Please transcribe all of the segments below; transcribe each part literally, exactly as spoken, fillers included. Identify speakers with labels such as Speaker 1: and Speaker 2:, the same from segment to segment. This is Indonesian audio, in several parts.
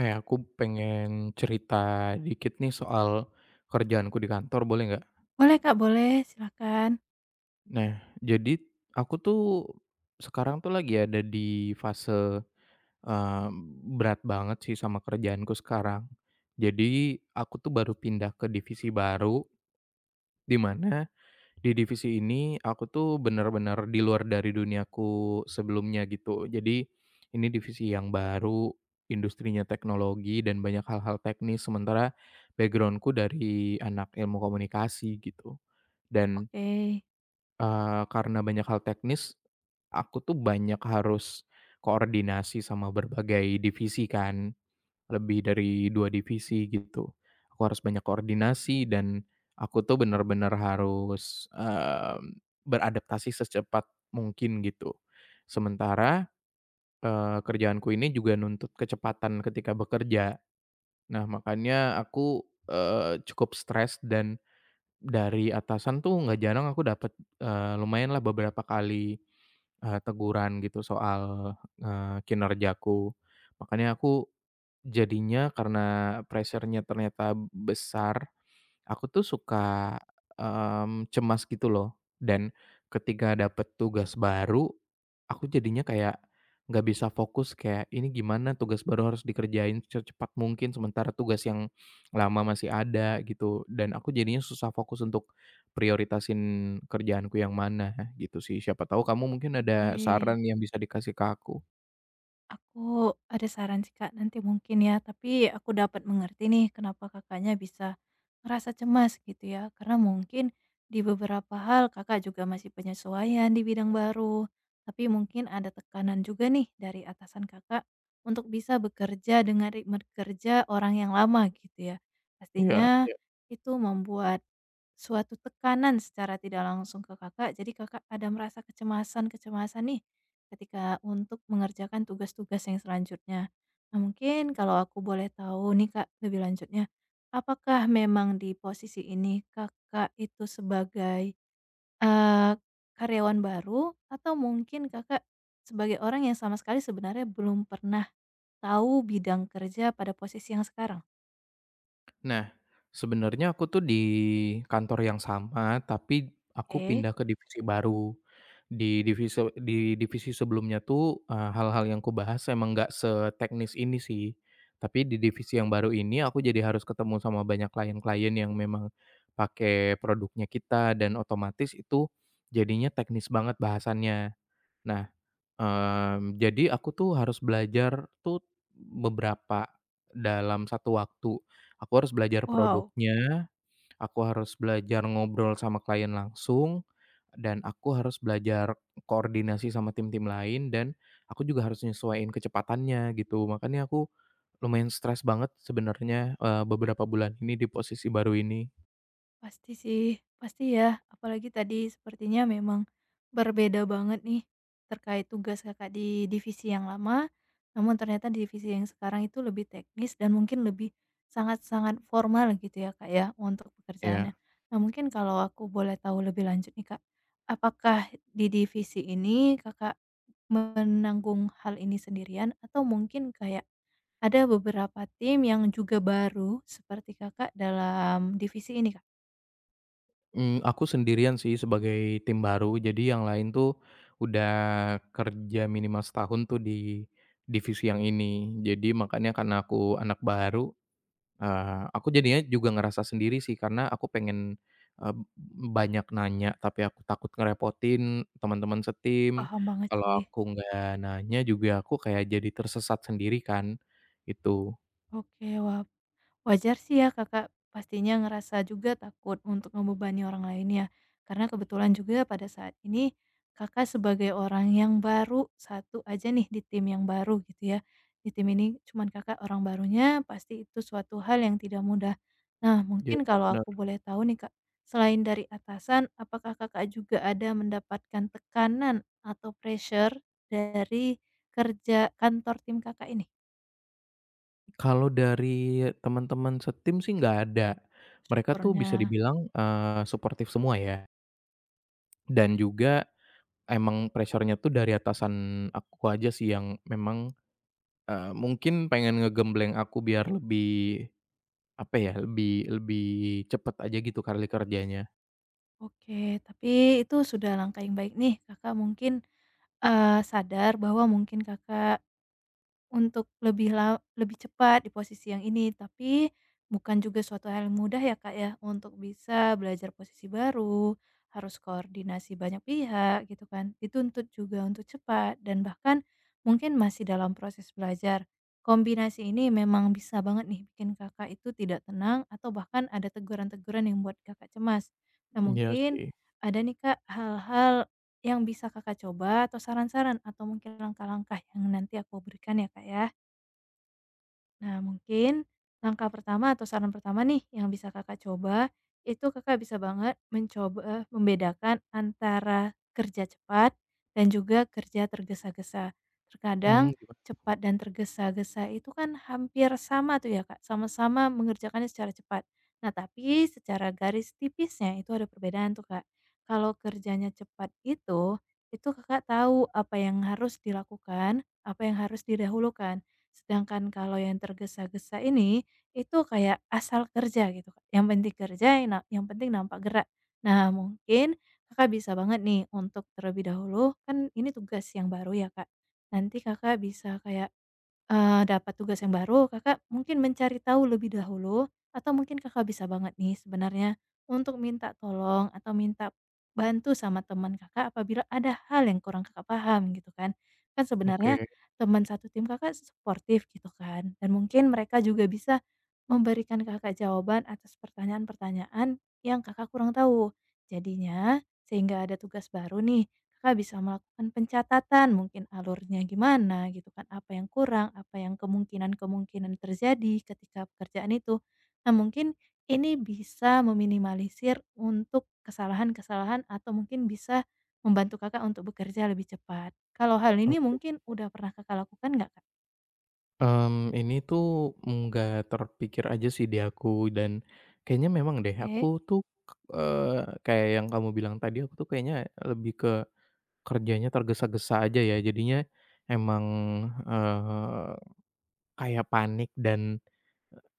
Speaker 1: Eh, aku pengen cerita dikit nih soal kerjaanku di kantor, boleh nggak?
Speaker 2: Boleh Kak, boleh, silakan.
Speaker 1: Nah, jadi aku tuh sekarang tuh lagi ada di fase, eee, berat banget sih sama kerjaanku sekarang. Jadi aku tuh baru pindah ke divisi baru, di mana. Di divisi ini, aku tuh benar-benar di luar dari duniaku sebelumnya gitu. Jadi, ini divisi yang baru, industrinya teknologi dan banyak hal-hal teknis, sementara backgroundku dari anak ilmu komunikasi gitu. Dan,
Speaker 2: Oke.
Speaker 1: eee, karena banyak hal teknis, aku tuh banyak harus koordinasi sama berbagai divisi kan, lebih dari dua divisi gitu. Aku harus banyak koordinasi dan aku tuh bener-bener harus, mmm, beradaptasi secepat mungkin gitu. Sementara, eee, kerjaanku ini juga nuntut kecepatan ketika bekerja. Nah makanya aku, eee, cukup stres dan dari atasan tuh nggak jarang aku dapet, eee, lumayanlah beberapa kali, eee, teguran gitu soal, eee, kinerjaku. Makanya aku Jadinya karena pressure-nya ternyata besar, aku tuh suka, mmm, cemas gitu loh. Dan ketika dapet tugas baru, aku jadinya kayak nggak bisa fokus, kayak, "Ini gimana? Tugas baru harus dikerjain secepat mungkin, sementara tugas yang lama masih ada," gitu. Dan aku jadinya susah fokus untuk prioritasin kerjaanku yang mana, gitu sih. Siapa tahu kamu mungkin ada
Speaker 2: Oke.
Speaker 1: saran yang bisa dikasih ke aku.
Speaker 2: Aku ada saran sih Kak, nanti mungkin ya, tapi aku dapat mengerti nih kenapa Kakaknya bisa ngerasa cemas gitu ya. Karena mungkin di beberapa hal Kakak juga masih penyesuaian di bidang baru, tapi mungkin ada tekanan juga nih dari atasan Kakak untuk bisa bekerja dengan ritme kerja orang yang lama gitu ya.
Speaker 1: Iya.
Speaker 2: Pastinya itu membuat suatu tekanan secara tidak langsung ke Kakak, jadi Kakak ada merasa kecemasan-kecemasan nih ketika untuk mengerjakan tugas-tugas yang selanjutnya. Nah, mungkin kalau aku boleh tahu nih, Kak, lebih lanjutnya, apakah memang di posisi ini Kakak itu sebagai, eee, karyawan baru atau mungkin Kakak sebagai orang yang sama sekali sebenarnya belum pernah tahu bidang kerja pada posisi yang sekarang?
Speaker 1: Nah, sebenarnya aku tuh di kantor yang sama, tapi aku
Speaker 2: Oke,
Speaker 1: pindah ke divisi baru. Di divisi di divisi sebelumnya tuh, eee, hal-hal yang kubahas emang nggak seteknis ini sih. Tapi di divisi yang baru ini aku jadi harus ketemu sama banyak klien-klien yang memang pakai produknya kita dan otomatis itu jadinya teknis banget bahasannya. Nah, Mmm, jadi aku tuh harus belajar tuh beberapa dalam satu waktu. Aku harus belajar
Speaker 2: wow.
Speaker 1: produknya, aku harus belajar ngobrol sama klien langsung, dan aku harus belajar koordinasi sama tim-tim lain, dan aku juga harus nyesuaiin kecepatannya gitu. Makanya aku lumayan stres banget sebenarnya, eee, beberapa bulan ini di posisi baru ini.
Speaker 2: Pasti sih, pasti ya. Apalagi tadi sepertinya memang berbeda banget nih terkait tugas Kakak di divisi yang lama, namun ternyata di divisi yang sekarang itu lebih teknis dan mungkin lebih sangat-sangat formal gitu ya, Kak, ya, untuk pekerjaannya.
Speaker 1: Ya.
Speaker 2: Nah, mungkin kalau aku boleh tahu lebih lanjut nih, Kak, apakah di divisi ini Kakak menanggung hal ini sendirian atau mungkin kayak ada beberapa tim yang juga baru seperti Kakak dalam divisi ini, Kak?
Speaker 1: Mmm, aku sendirian sih sebagai tim baru, jadi yang lain tuh udah kerja minimal setahun tuh di divisi yang ini. Jadi makanya karena aku anak baru, eee, aku jadinya juga ngerasa sendiri sih karena aku pengen, eee, banyak nanya tapi aku takut ngerepotin teman-teman setim.
Speaker 2: Paham banget
Speaker 1: Kalau
Speaker 2: sih.
Speaker 1: aku nggak nanya juga aku kayak jadi tersesat sendiri kan, gitu.
Speaker 2: Oke, wah wajar sih ya Kakak pastinya ngerasa juga takut untuk ngebebani orang lain ya. Karena kebetulan juga pada saat ini Kakak sebagai orang yang baru satu aja nih di tim yang baru gitu ya. Di tim ini cuman Kakak orang barunya pasti itu suatu hal yang tidak mudah. Nah,
Speaker 1: Iya
Speaker 2: mungkin kalau
Speaker 1: bener.
Speaker 2: aku boleh tahu nih Kak, selain dari atasan, apakah Kakak juga ada mendapatkan tekanan atau pressure dari kerja kantor tim Kakak ini?
Speaker 1: Kalau dari teman-teman setim sih nggak ada. Mereka tuh bisa
Speaker 2: Syukurnya.
Speaker 1: dibilang, eee, suportif semua ya, dan juga emang pressure-nya tuh dari atasan aku aja sih yang memang, eee, mungkin pengen ngegembleng aku biar lebih, apa ya, lebih lebih cepet aja gitu kali kerjanya.
Speaker 2: Oke, tapi itu sudah langkah yang baik nih Kakak mungkin, eee, sadar bahwa mungkin Kakak, untuk lebih la lebih cepat di posisi yang ini, tapi bukan juga suatu hal yang mudah ya, Kak, ya, untuk bisa belajar posisi baru, harus koordinasi banyak pihak gitu kan, dituntut juga untuk cepat dan bahkan mungkin masih dalam proses belajar. Kombinasi ini memang bisa banget nih bikin Kakak itu tidak tenang atau bahkan ada teguran-teguran yang buat Kakak cemas. Nah
Speaker 1: Iya
Speaker 2: mungkin
Speaker 1: sih.
Speaker 2: ada nih, Kak, hal-hal yang bisa Kakak coba atau saran-saran atau mungkin langkah-langkah yang nanti aku berikan ya, Kak, ya? Nah, mungkin langkah pertama atau saran pertama nih yang bisa Kakak coba, itu Kakak bisa banget mencoba eh, membedakan antara kerja cepat dan juga kerja tergesa-gesa. Terkadang
Speaker 1: Mmm, gimana?
Speaker 2: cepat dan tergesa-gesa itu kan hampir sama tuh ya, Kak, sama-sama mengerjakannya secara cepat. Nah, tapi secara garis tipisnya itu ada perbedaan tuh, Kak. Kalau kerjanya cepat itu, itu Kakak tahu apa yang harus dilakukan, apa yang harus didahulukan. Sedangkan kalau yang tergesa-gesa ini, itu kayak asal kerja gitu, Kak, yang penting kerja, yang na yang penting nampak gerak. Nah, mungkin Kakak bisa banget nih untuk terlebih dahulu, kan ini tugas yang baru ya, Kak. Nanti Kakak bisa kayak Eee, dapat tugas yang baru, Kakak mungkin mencari tahu lebih dahulu atau mungkin Kakak bisa banget nih sebenarnya untuk minta tolong atau minta bantu sama teman Kakak apabila ada hal yang kurang Kakak paham gitu kan. Kan
Speaker 1: Oke
Speaker 2: sebenarnya teman satu tim Kakak suportif gitu kan dan mungkin mereka juga bisa memberikan Kakak jawaban atas pertanyaan-pertanyaan yang Kakak kurang tahu. Jadinya sehingga ada tugas baru nih, Kakak bisa melakukan pencatatan mungkin alurnya gimana gitu kan, apa yang kurang, apa yang kemungkinan-kemungkinan terjadi ketika pekerjaan itu. Nah mungkin ini bisa meminimalisir untuk kesalahan-kesalahan atau mungkin bisa membantu Kakak untuk bekerja lebih cepat. Kalau hal ini
Speaker 1: oke.
Speaker 2: mungkin udah pernah Kakak lakukan nggak, Kak?
Speaker 1: Mmm, ini tuh nggak terpikir aja sih di aku dan kayaknya memang deh
Speaker 2: Oke
Speaker 1: aku tuh, eee, kayak yang kamu bilang tadi aku tuh kayaknya lebih ke kerjanya tergesa-gesa aja ya jadinya emang, eee, kayak panik dan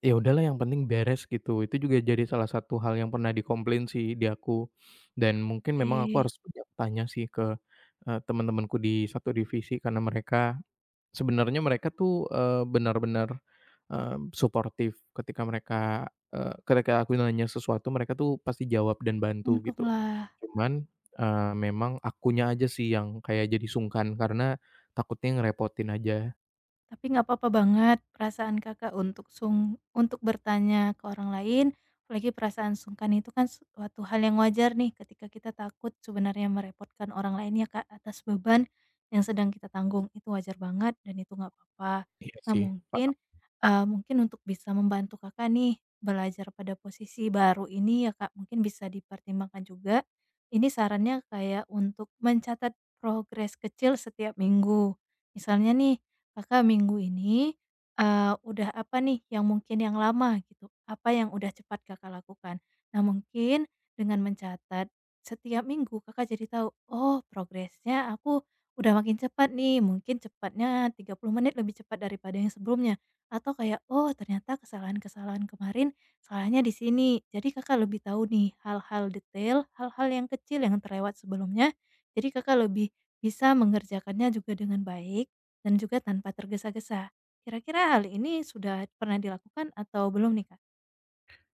Speaker 1: ya udahlah yang penting beres gitu. Itu juga jadi salah satu hal yang pernah dikomplain sih di aku dan mungkin memang aku
Speaker 2: oke,
Speaker 1: harus banyak tanya sih ke, eee, teman-temanku di satu divisi karena mereka. Sebenarnya mereka tuh, eee, benar-benar, mmm, suportif ketika mereka, eee, ketika aku nanya sesuatu mereka tuh pasti jawab dan bantu gitu.
Speaker 2: untunglah.
Speaker 1: Cuman, eee, memang akunya aja sih yang kayak jadi sungkan karena takutnya ngerepotin aja.
Speaker 2: Tapi nggak apa-apa banget perasaan Kakak untuk sung untuk bertanya ke orang lain, apalagi perasaan sungkan itu kan suatu hal yang wajar nih ketika kita takut sebenarnya merepotkan orang lain ya Kak, atas beban yang sedang kita tanggung. Itu wajar banget dan itu nggak apa-apa.
Speaker 1: Iya
Speaker 2: Nah
Speaker 1: sih,
Speaker 2: mungkin,
Speaker 1: paham.
Speaker 2: eee, mungkin untuk bisa membantu Kakak nih belajar pada posisi baru ini ya Kak, mungkin bisa dipertimbangkan juga, ini sarannya kayak untuk mencatat progres kecil setiap minggu. Misalnya nih, Kakak minggu ini, eee, udah apa nih yang mungkin yang lama gitu, apa yang udah cepat Kakak lakukan. Nah mungkin dengan mencatat setiap minggu Kakak jadi tahu, "Oh progresnya aku udah makin cepat nih." Mungkin cepatnya tiga puluh menit lebih cepat daripada yang sebelumnya, atau kayak, "Oh ternyata kesalahan-kesalahan kemarin salahnya di sini." Jadi Kakak lebih tahu nih hal-hal detail, hal-hal yang kecil yang terlewat sebelumnya, jadi Kakak lebih bisa mengerjakannya juga dengan baik dan juga tanpa tergesa-gesa. Kira-kira hal ini sudah pernah dilakukan atau belum nih, Kak?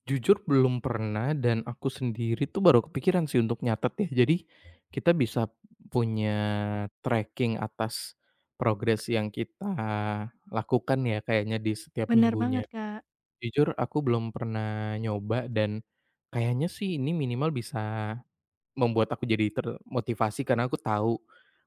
Speaker 1: Jujur belum pernah dan aku sendiri tuh baru kepikiran sih untuk nyatet ya. Jadi kita bisa punya tracking atas progres yang kita lakukan ya kayaknya di setiap
Speaker 2: Bener
Speaker 1: minggunya.
Speaker 2: banget, Kak.
Speaker 1: Jujur aku belum pernah nyoba dan kayaknya sih ini minimal bisa membuat aku jadi termotivasi karena aku tahu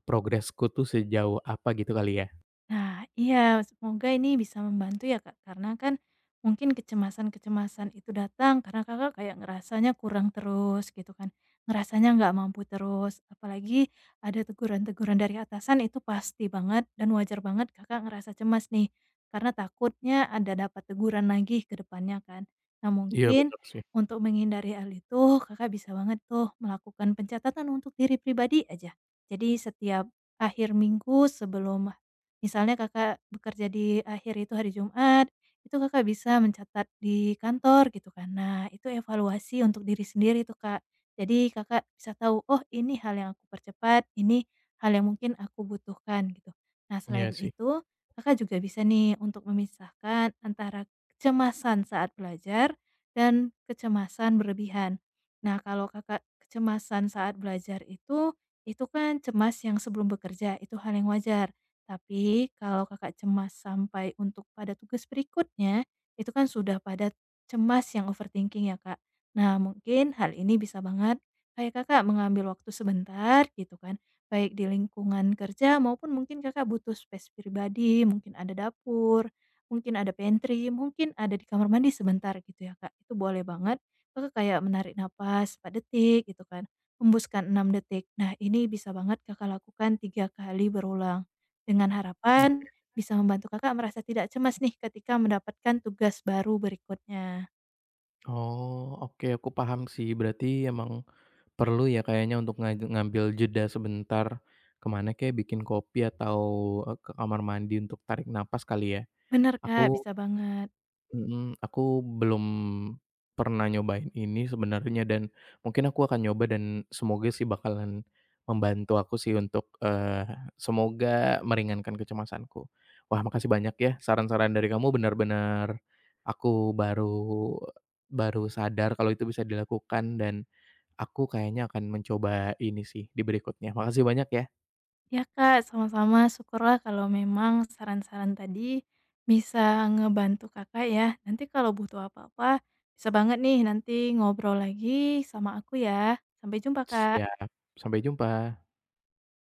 Speaker 1: progresku tuh sejauh apa gitu kali ya.
Speaker 2: Nah, iya, semoga ini bisa membantu ya, Kak, karena kan mungkin kecemasan-kecemasan itu datang karena Kakak kayak ngerasanya kurang terus gitu kan. Ngerasanya nggak mampu terus, apalagi ada teguran-teguran dari atasan itu pasti banget dan wajar banget Kakak ngerasa cemas nih, karena takutnya ada dapat teguran lagi ke depannya kan. Nah,
Speaker 1: Iya
Speaker 2: mungkin
Speaker 1: bener sih,
Speaker 2: untuk menghindari hal itu, Kakak bisa banget tuh melakukan pencatatan untuk diri pribadi aja. Jadi setiap akhir minggu sebelum Misalnya Kakak bekerja di akhir itu hari Jumat, itu Kakak bisa mencatat di kantor gitu kan. Nah, itu evaluasi untuk diri sendiri tuh, Kak. Jadi Kakak bisa tahu, "Oh, ini hal yang aku percepat, ini hal yang mungkin aku butuhkan," gitu. Nah,
Speaker 1: iya
Speaker 2: selain
Speaker 1: sih.
Speaker 2: itu, Kakak juga bisa nih untuk memisahkan antara kecemasan saat belajar dan kecemasan berlebihan. Nah, kalau Kakak kecemasan saat belajar itu, itu kan cemas yang sebelum bekerja, itu hal yang wajar. Tapi kalau Kakak cemas sampai untuk pada tugas berikutnya, itu kan sudah pada cemas yang overthinking ya, Kak. Nah, mungkin hal ini bisa banget kayak Kakak mengambil waktu sebentar gitu kan, baik di lingkungan kerja maupun mungkin Kakak butuh space pribadi, mungkin ada dapur, mungkin ada pantry, mungkin ada di kamar mandi sebentar gitu ya, Kak. Itu boleh banget Kakak kayak menarik napas empat detik gitu kan, hembuskan enam detik. Nah, ini bisa banget Kakak lakukan tiga kali berulang. Dengan
Speaker 1: Mmm,
Speaker 2: harapan bisa membantu Kakak merasa tidak cemas nih ketika mendapatkan tugas baru berikutnya.
Speaker 1: oh oke aku paham sih berarti emang perlu ya kayaknya untuk nga ngambil jeda sebentar kemana kayak bikin kopi atau, eee, ke kamar mandi untuk tarik napas kali ya?
Speaker 2: Benar Kak,
Speaker 1: Aku
Speaker 2: bisa banget.
Speaker 1: Mhm, aku belum pernah nyobain ini sebenarnya dan mungkin aku akan nyoba dan semoga sih bakalan membantu aku sih untuk, eee, semoga meringankan kecemasanku. Wah makasih banyak ya saran-saran dari kamu benar-benar aku baru baru sadar kalau itu bisa dilakukan dan aku kayaknya akan mencoba ini sih di berikutnya. Makasih banyak ya.
Speaker 2: Ya Kak, sama-sama syukurlah kalau memang saran-saran tadi bisa ngebantu Kakak ya. Nanti kalau butuh apa-apa bisa banget nih nanti ngobrol lagi sama aku ya. Sampai jumpa Kak.
Speaker 1: Siap, sampai jumpa.